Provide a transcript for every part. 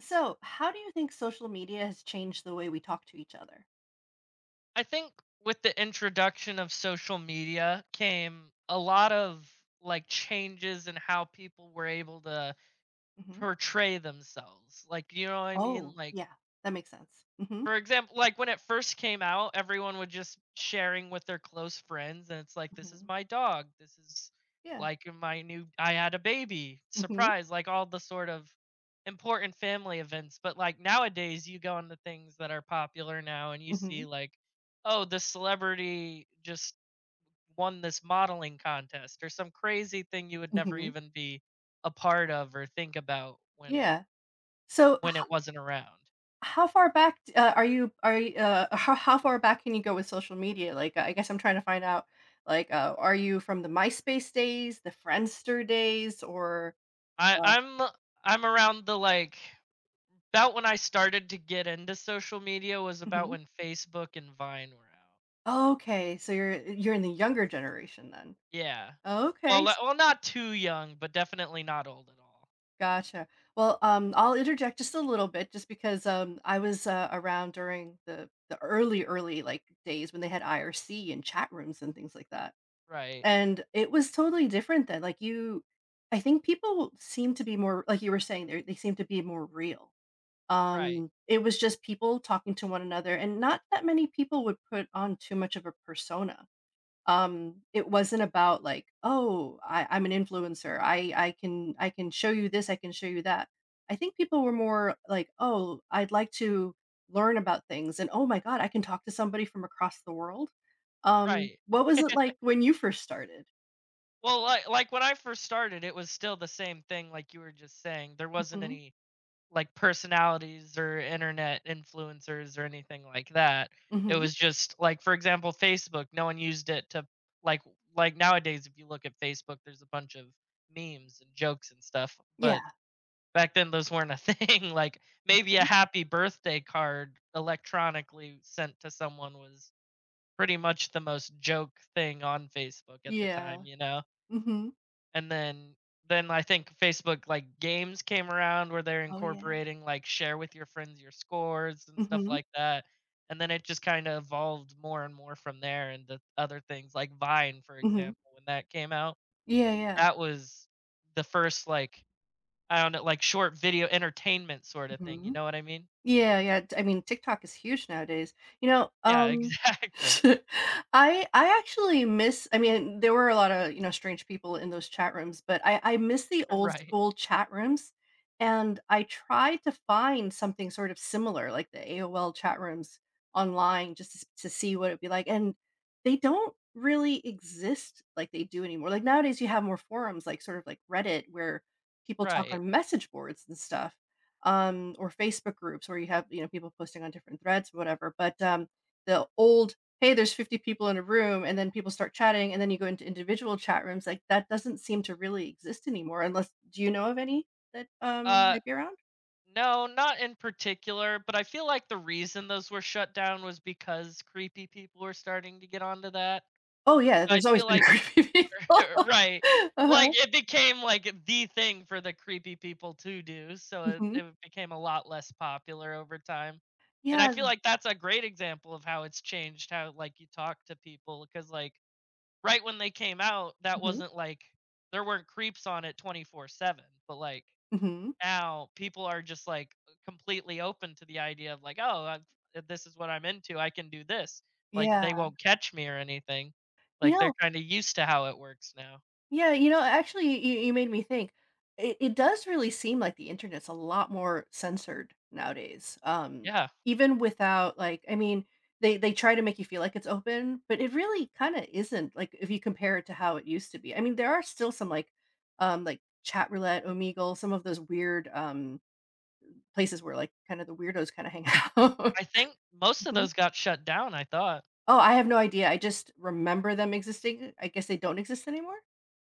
So, how do you think social media has changed the way we talk to each other? I think with the introduction of social media came a lot of changes in how people were able to Hmm. portray themselves. Like, you know what I mean? Oh, Like yeah, that makes sense. Hmm. for example, like when it first came out, everyone would just sharing with their close friends, and it's like, "This is Hmm. my dog. This is Yeah. like my new. I had a baby. Hmm. Surprise!" Like all the sort of important family events. But like nowadays, you go on the things that are popular now, and you Hmm. see like, "Oh, the celebrity just won this modeling contest," or some crazy thing you would never Hmm. even be a part of or think about when Yeah. So, h- when it wasn't around. how far back are you? Are you, how far back can you go with social media? Like, I guess I'm trying to find out. Like, are you from the MySpace days, the Friendster days, or? I Uh, I'm I'm around the about when I started to get into social media was about mhm. when Facebook and Vine were out. Okay, so you're in the younger generation then. Yeah. Well, Okay. le- well, not too young, but definitely not old at all. Gotcha. Well, I'll interject just a little bit, just because I was around during the early, early like days when they had IRC and chat rooms and things like that, Right. and it was totally different then. Like you, I think people seem to be more like you were saying they seem to be more real. Right. It was just people talking to one another, and not that many people would put on too much of a persona. Um it wasn't about like oh I'm an influencer I can I can show you this I can show you that. I think people were more like, oh, I'd like to learn about things, and oh my god, I can talk to somebody from across the world. Right. What was it like when you first started? Well, like when I first started, it was still the same thing like you were just saying. There wasn't Hmm. any like personalities or internet influencers or anything like that. It Hmm. was just like, for example, Facebook. No one used it to like like nowadays. If you look at Facebook, there's a bunch of memes and jokes and stuff. But Yeah. back then, those weren't a thing. Like maybe Hmm. a happy birthday card electronically sent to someone was pretty much the most joke thing on Facebook at the Yeah. time. You know? Hmm. And then I think Facebook like games came around where they're Oh, yeah. incorporating like share with your friends your scores and stuff Hmm. like that. And then it just kind of evolved more and more from there into other things like Vine, for Hmm. example, when that came out. Yeah, yeah. That was the first like I don't know, like short video entertainment sort of thing, you Mm-hmm. know what I mean? Yeah, yeah, t I mean, TikTok is huge nowadays. You know. Yeah, exactly. I actually miss, I mean, there were a lot of, you know, strange people in those chat rooms, but I miss the old Right. school chat rooms, and I try to find something sort of similar, like the AOL chat rooms online, just to s to see what it'd be like, and they don't really exist like they do anymore. Like, nowadays, you have more forums, like, sort of like Reddit, where people talk Right. on message boards and stuff. Or Facebook groups where you have, you know, people posting on different threads, whatever. But the old, hey, there's 50 people in a room, and then people start chatting, and then you go into individual chat rooms. Like that doesn't seem to really exist anymore. Unless, do you know of any that Uh might be around? No, not in particular, but I feel like the reason those were shut down was because creepy people were starting to get onto that. Oh yeah, I there's always feel been a like group of people. right. Like Uh-huh. it became like the thing for the creepy people to do, so it, Hmm. it became a lot less popular over time. And I Yeah. feel like that's a great example of how it's changed how like you talk to people because like right when they came out, that Hmm. wasn't like there weren't creeps on it 24/7, but like Hmm. now people are just like completely open to the idea of like, oh, I this is what I'm into. I can do this. Like they Yeah. won't catch me or anything. You Like they're know. kind of used to how it works now. Yeah, you know, actually, you made me think. It does really seem like the internet's a lot more censored nowadays. Yeah, Even without like, I mean, they try to make you feel like it's open, but it really kind of isn't. Like, if you compare it to how it used to be, I mean, there are still some like chat roulette, Omegle, some of those weird places where like kind of the weirdos kind of hang out. I think most of Hmm. those got shut down. I thought. Oh, I have no idea. I just remember them existing. I guess they don't exist anymore.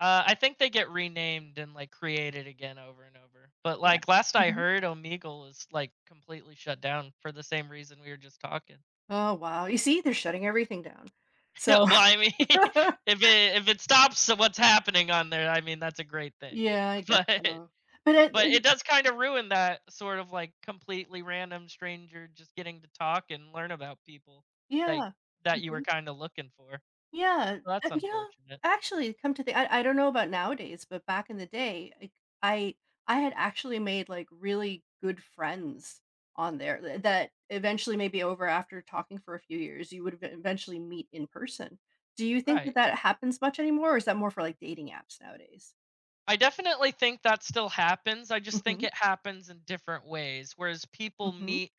I think they get renamed and like created again over and over. But Yeah. like last I heard, Omegle is like completely shut down for the same reason we were just talking. Oh, wow. You see, they're shutting everything down. So Well, I mean, if it stops what's happening on there, I mean that's a great thing. yeah, I guess But so. But it But it it does kind of ruin that sort of like completely random stranger just getting to talk and learn about people that Yeah. that you were Mhm. kind of looking for. So Yeah. That's You know, unfortunate. actually, come to think, I don't know about nowadays, but back in the day, like, I I had actually made, like, really good friends on there th that eventually, maybe, over, after talking for a few years, you would ev eventually meet in person. Do you think that Right. that happens much anymore, or is that more for, like, dating apps nowadays? I definitely think that still happens. I just think Mhm. it happens in different ways. Whereas people Mhm. meet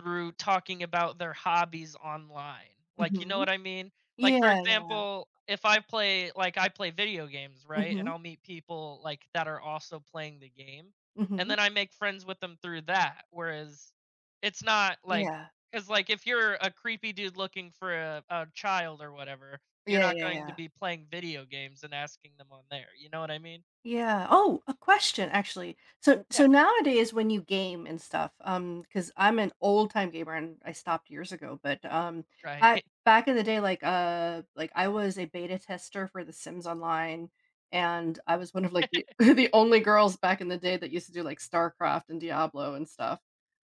through talking about their hobbies online. Like, you know Mhm. what I mean? Like, for Yeah, yeah. example, if I play, like, I play video games, right? And Mhm. I'll meet people, like, that are also playing the game. And Mhm. then I make friends with them through that. Whereas it's not like, Yeah. because, like, if you're a creepy dude looking for a child or whatever, you're Yeah, not yeah, going to yeah. be playing video games and asking them on there. You know what I mean? Yeah. Oh, a question actually. So Yeah, so nowadays when you game and stuff, because 'cause I'm an old-time gamer and I stopped years ago, but, I right. back in the day, like, I was a beta tester for The Sims Online, and I was one of, like, the the only girls back in the day that used to do, like, StarCraft and Diablo and stuff.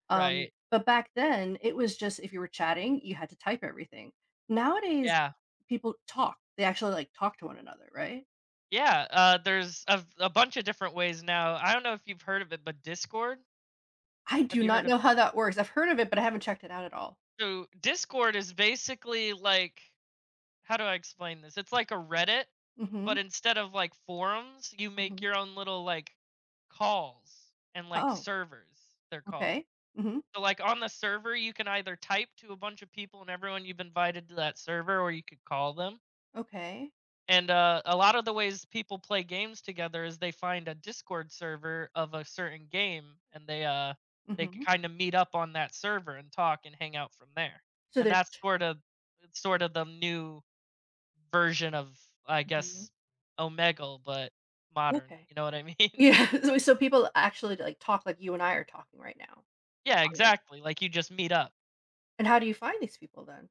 Right. But back then, it was just if you were chatting, you had to type everything. Nowadays, Yeah. people talk. They actually, like, talk to one another, right? Yeah, there's a bunch of different ways now. I don't know if you've heard of it, but Discord? I Have do you not heard of know how Discord? that works. I've heard of it, but I haven't checked it out at all. So, Discord is basically like how do I explain this? It's like a Reddit, Mhm, but instead of, like, forums, you make mhm. your own little, like, calls and, like, Oh, servers, they're called. okay. Mhm, So, like, on the server, you can either type to a bunch of people and everyone you've invited to that server, or you could call them. okay. And a lot of the ways people play games together is they find a Discord server of a certain game, and they Mhm. kind of meet up on that server and talk and hang out from there. So And they're that's ch sort of it's sort of the new version of I mhm, guess Omegle, but modern. okay. You know what I mean? Yeah, so people actually, like, talk like you and I are talking right now Yeah, on there. exactly. Like you just meet up. And how do you find these people then?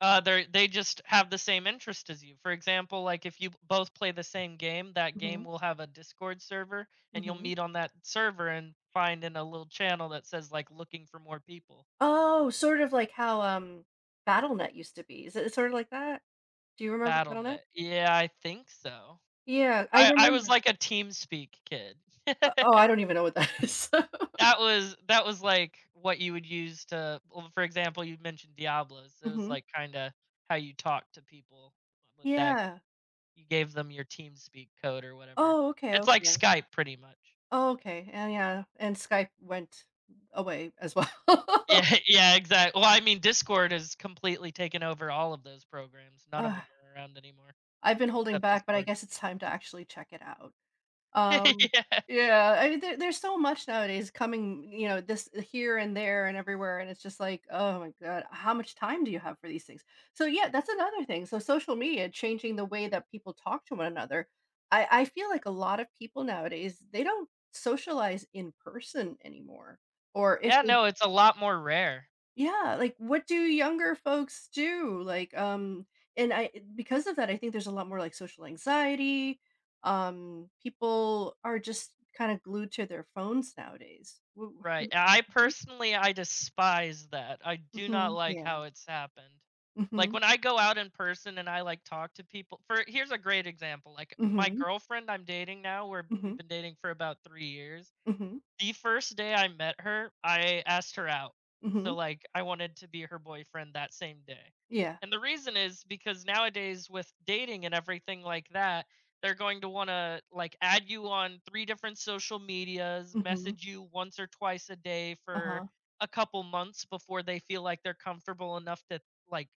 They just have the same interest as you. For example, like if you both play the same game, that game Mhm, will have a Discord server, and you'll mhm. meet on that server and find in a little channel that says like looking for more people. Oh, sort of like how, Battle.net used to be. Is it sort of like that? Do you remember Battle.net? BattleNet. Yeah, I think so. Yeah, I I was remember. like a TeamSpeak kid. Oh, that I don't even know what that is. That was like what you would use to. Well, for example, you mentioned Diablos. It was Mhm. like kind of how you talk to people with that. Yeah. You gave them your TeamSpeak code or whatever. Oh, okay, It's like okay. Skype pretty much. Oh, okay, and yeah, and Skype went away as well. Yeah, yeah, exactly. Well, I mean Discord has completely taken over all of those programs. None of Ugh, them are around anymore I've been holding except back, but I Discord. guess it's time to actually check it out. Um, Yeah. yeah, I mean, there's so much nowadays coming, you know, this here and there and everywhere, and it's just like, oh my god, how much time do you have for these things? So yeah, that's another thing. So social media changing the way that people talk to one another. I feel like a lot of people nowadays they don't socialize in person anymore, or if Yeah, they. no, it's a lot more rare. Yeah, like, what do younger folks do? Like, and I because of that, I think there's a lot more, like, social anxiety. People are just kinda glued to their phones nowadays. Woo wh Right. Mhm, I despise that. I do not mhm, like yeah, how it's happened. Like mhm, when I go out in person and I like talk to people for here's a great example. Like my mhm, girlfriend I'm dating now, mhm, we've been dating for about 3 years. mhm, The first day I met her, I asked her out. So mhm, like I wanted to be her boyfriend that same day. yeah, And the reason is because nowadays with dating and everything like that, they're going to want to like add you on three different social medias, mhm, message you once or twice a day for uh-huh. a couple months before they feel like they're comfortable enough to like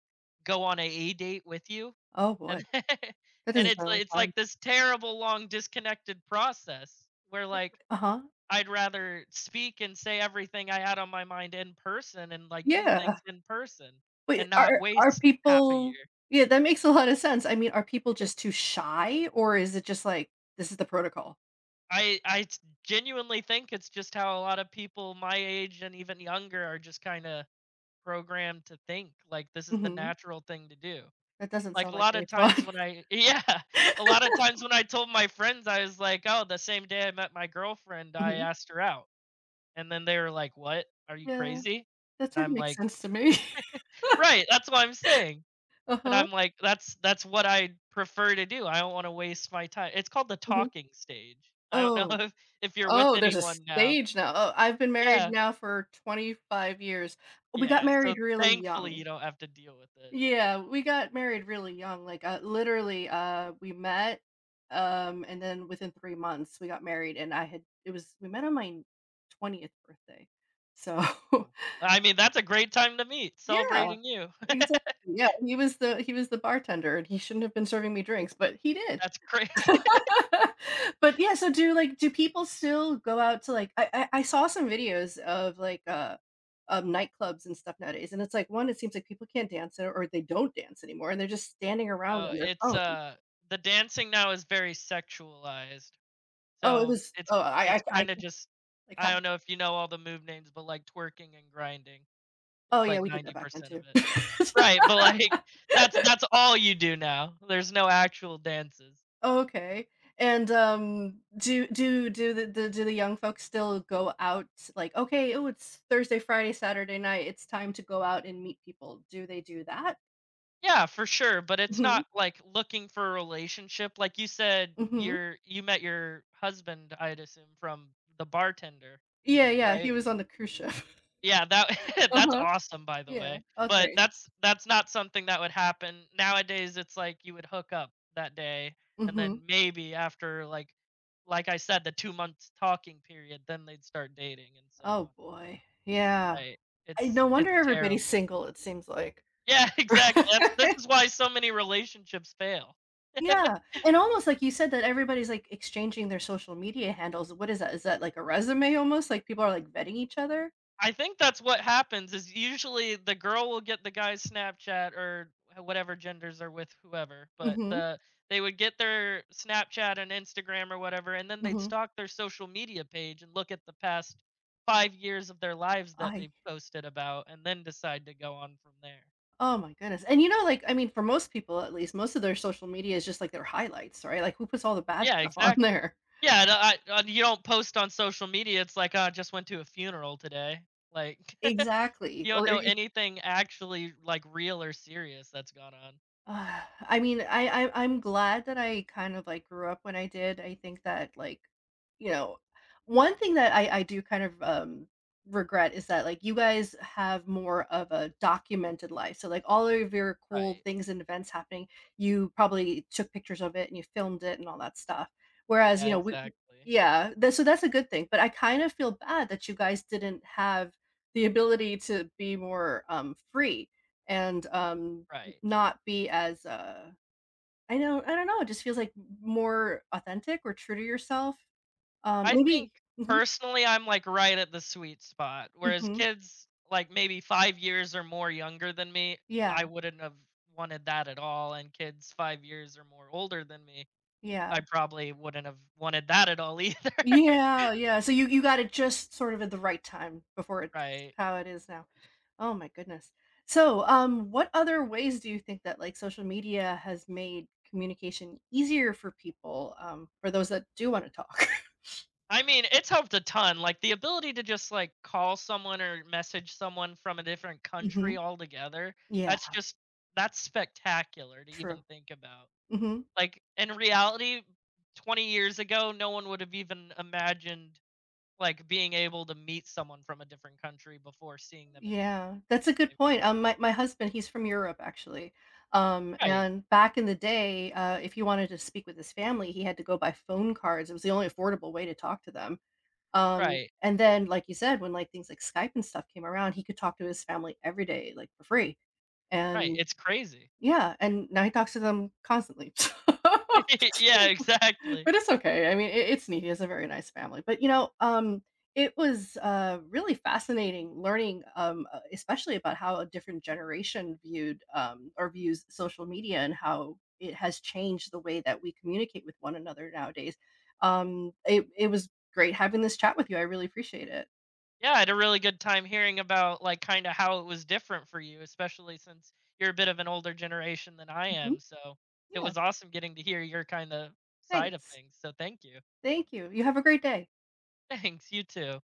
go on a date with you. Oh boy, And that and doesn't it's sound like it's fun. like this terrible long disconnected process where like Uh-huh, I'd rather speak and say everything I had on my mind in person and, like, do yeah. things in person Wait, and not are waste half a people. year. Yeah, that makes a lot of sense. I mean, are people just too shy, or is it just like, this is the protocol? I t genuinely think it's just how a lot of people my age and even younger are just kinda programmed to think, like, this is the Mhm. natural thing to do. That doesn't Like, sound a like lot of any times fun. when I yeah, a lot of times when I told my friends, I was like, "Oh, the same day I met my girlfriend, I Mhm. asked her out." And then they were like, "What? Are you Yeah, crazy?" that And sort of I'm makes like, sense to me. "Right, that's what I'm saying." And Uh-huh. I'm like, that's what I prefer to do. I don't want to waste my time. It's called the Mhm. talking stage. I don't know Oh. If you're with Oh, there's a anyone now. stage now. Oh, I've been married Yeah. now for 25 years. We got Yeah. So married really thankfully you young. don't have to deal with it. Yeah, we got married really young, like, literally, we met, and then within 3 months, we got married, and I had it was we met on my 20th birthday. So, Cool. I mean, that's a great time to meet, yeah, celebrating you. exactly, yeah, he was the bartender, and he shouldn't have been serving me drinks, but he did. That's crazy. But yeah, so do like do people still go out to like I saw some videos of like, nightclubs and stuff nowadays, and it's like, 1, it seems like people can't dance or they don't dance anymore, and they're just standing around No, on their it's phone. The dancing now is very sexualized. Oh, it So was it's oh, I I it's I kind of just like I how. don't know if you know all the move names, but like twerking and grinding Oh, is yeah, like we did that back then 90% of too. it. Right, but, like, that's all you do now. There's no actual dances. Okay, and, do do do the do the young folks still go out like, "Okay, oh, it's Thursday, Friday, Saturday night, it's time to go out and meet people." Do they do that? Yeah, for sure, but it's Mhm, not, like, looking for a relationship. Like you said, mhm. You met your husband, I'd assume, from the bartender, Yeah, yeah, he right? was on the cruise ship. Yeah, that that's Uh-huh. awesome, by the Yeah. way, Oh, but thanks. that's not something that would happen. Nowadays, it's like you would hook up that day, and Mhm. then maybe after, like I said, the 2 months talking period, then they'd start dating and so Oh, on. boy. Yeah. Right. I It's no wonder it's everybody's terrible. single, it seems like. Yeah, exactly. That's This is why so many relationships fail. Yeah, and almost like you said that everybody's, like, exchanging their social media handles. What is that? Is that like a resume almost? Like, people are, like, vetting each other? I think that's what happens is usually the girl will get the guy's Snapchat or h whatever genders are with whoever, but Mhm, they would get their Snapchat and Instagram or whatever, and then they'd mhm. stalk their social media page and look at the past 5 years of their lives that I they've posted about and then decide to go on from there. oh my goodness, and, you know, like, I mean, for most people, at least, most of their social media is just, like, their highlights, right? Like, who puts all the bad Yeah, stuff on exactly. there? Yeah, and I you don't post on social media, it's like, "Oh, I just went to a funeral today." Like, Exactly, you don't or. know anything actually, like, real or serious that's gone on. Uh, I mean, I'm glad that I kind of like grew up when I did. I think that like, you know, one thing that I do kind of regret is that like you guys have more of a documented life. So like all of your cool Right. things and events happening, you probably took pictures of it and you filmed it and all that stuff. Whereas, Yeah, you know, we exactly. yeah, that, so that's a good thing. But I kind of feel bad that you guys didn't have the ability to be more free and Right. not be as, I know I don't know, it just feels like more authentic or true to yourself. I think, Maybe. Mhm, personally, I'm, like, right at the sweet spot, whereas mhm. kids, like, maybe 5 years or more younger than me, Yeah, I wouldn't have wanted that at all, and kids 5 years or more older than me, yeah. I probably wouldn't have wanted that at all either. Yeah, yeah, so you got it just sort of at the right time before it's Right. how it is now. Oh my goodness. So, what other ways do you think that, like, social media has made communication easier for people, for those that do wanna talk? I mean, it's helped a ton. Like the ability to just like call someone or message someone from a different country Mhm. altogether. Yeah, That's just that's spectacular to even true. think about. Mhm. Like in reality, 20 years ago, no one would have even imagined like being able to meet someone from a different country before seeing them in Yeah, that's a good I point. mean, my husband, he's from Europe actually. Right, And back in the day, if he wanted to speak with his family, he had to go by phone cards. It was the only affordable way to talk to them. Right, And then, like you said, when like things like Skype and stuff came around, he could talk to his family every day, like for free. right. And It's crazy. yeah, and now he talks to them constantly. Yeah, exactly. But it's okay. I mean, it's neat. He has a very nice family. But you know, it was really fascinating learning, especially about how a different generation viewed or views social media and how it has changed the way that we communicate with one another nowadays. It was great having this chat with you. I really appreciate it. Yeah, I had a really good time hearing about like kind of how it was different for you, especially since you're a bit of an older generation than I Mhm. am. So it Yeah. was awesome getting to hear your kind of side of Thanks. things. So thank you. Thank you. You have a great day. Thanks. You too.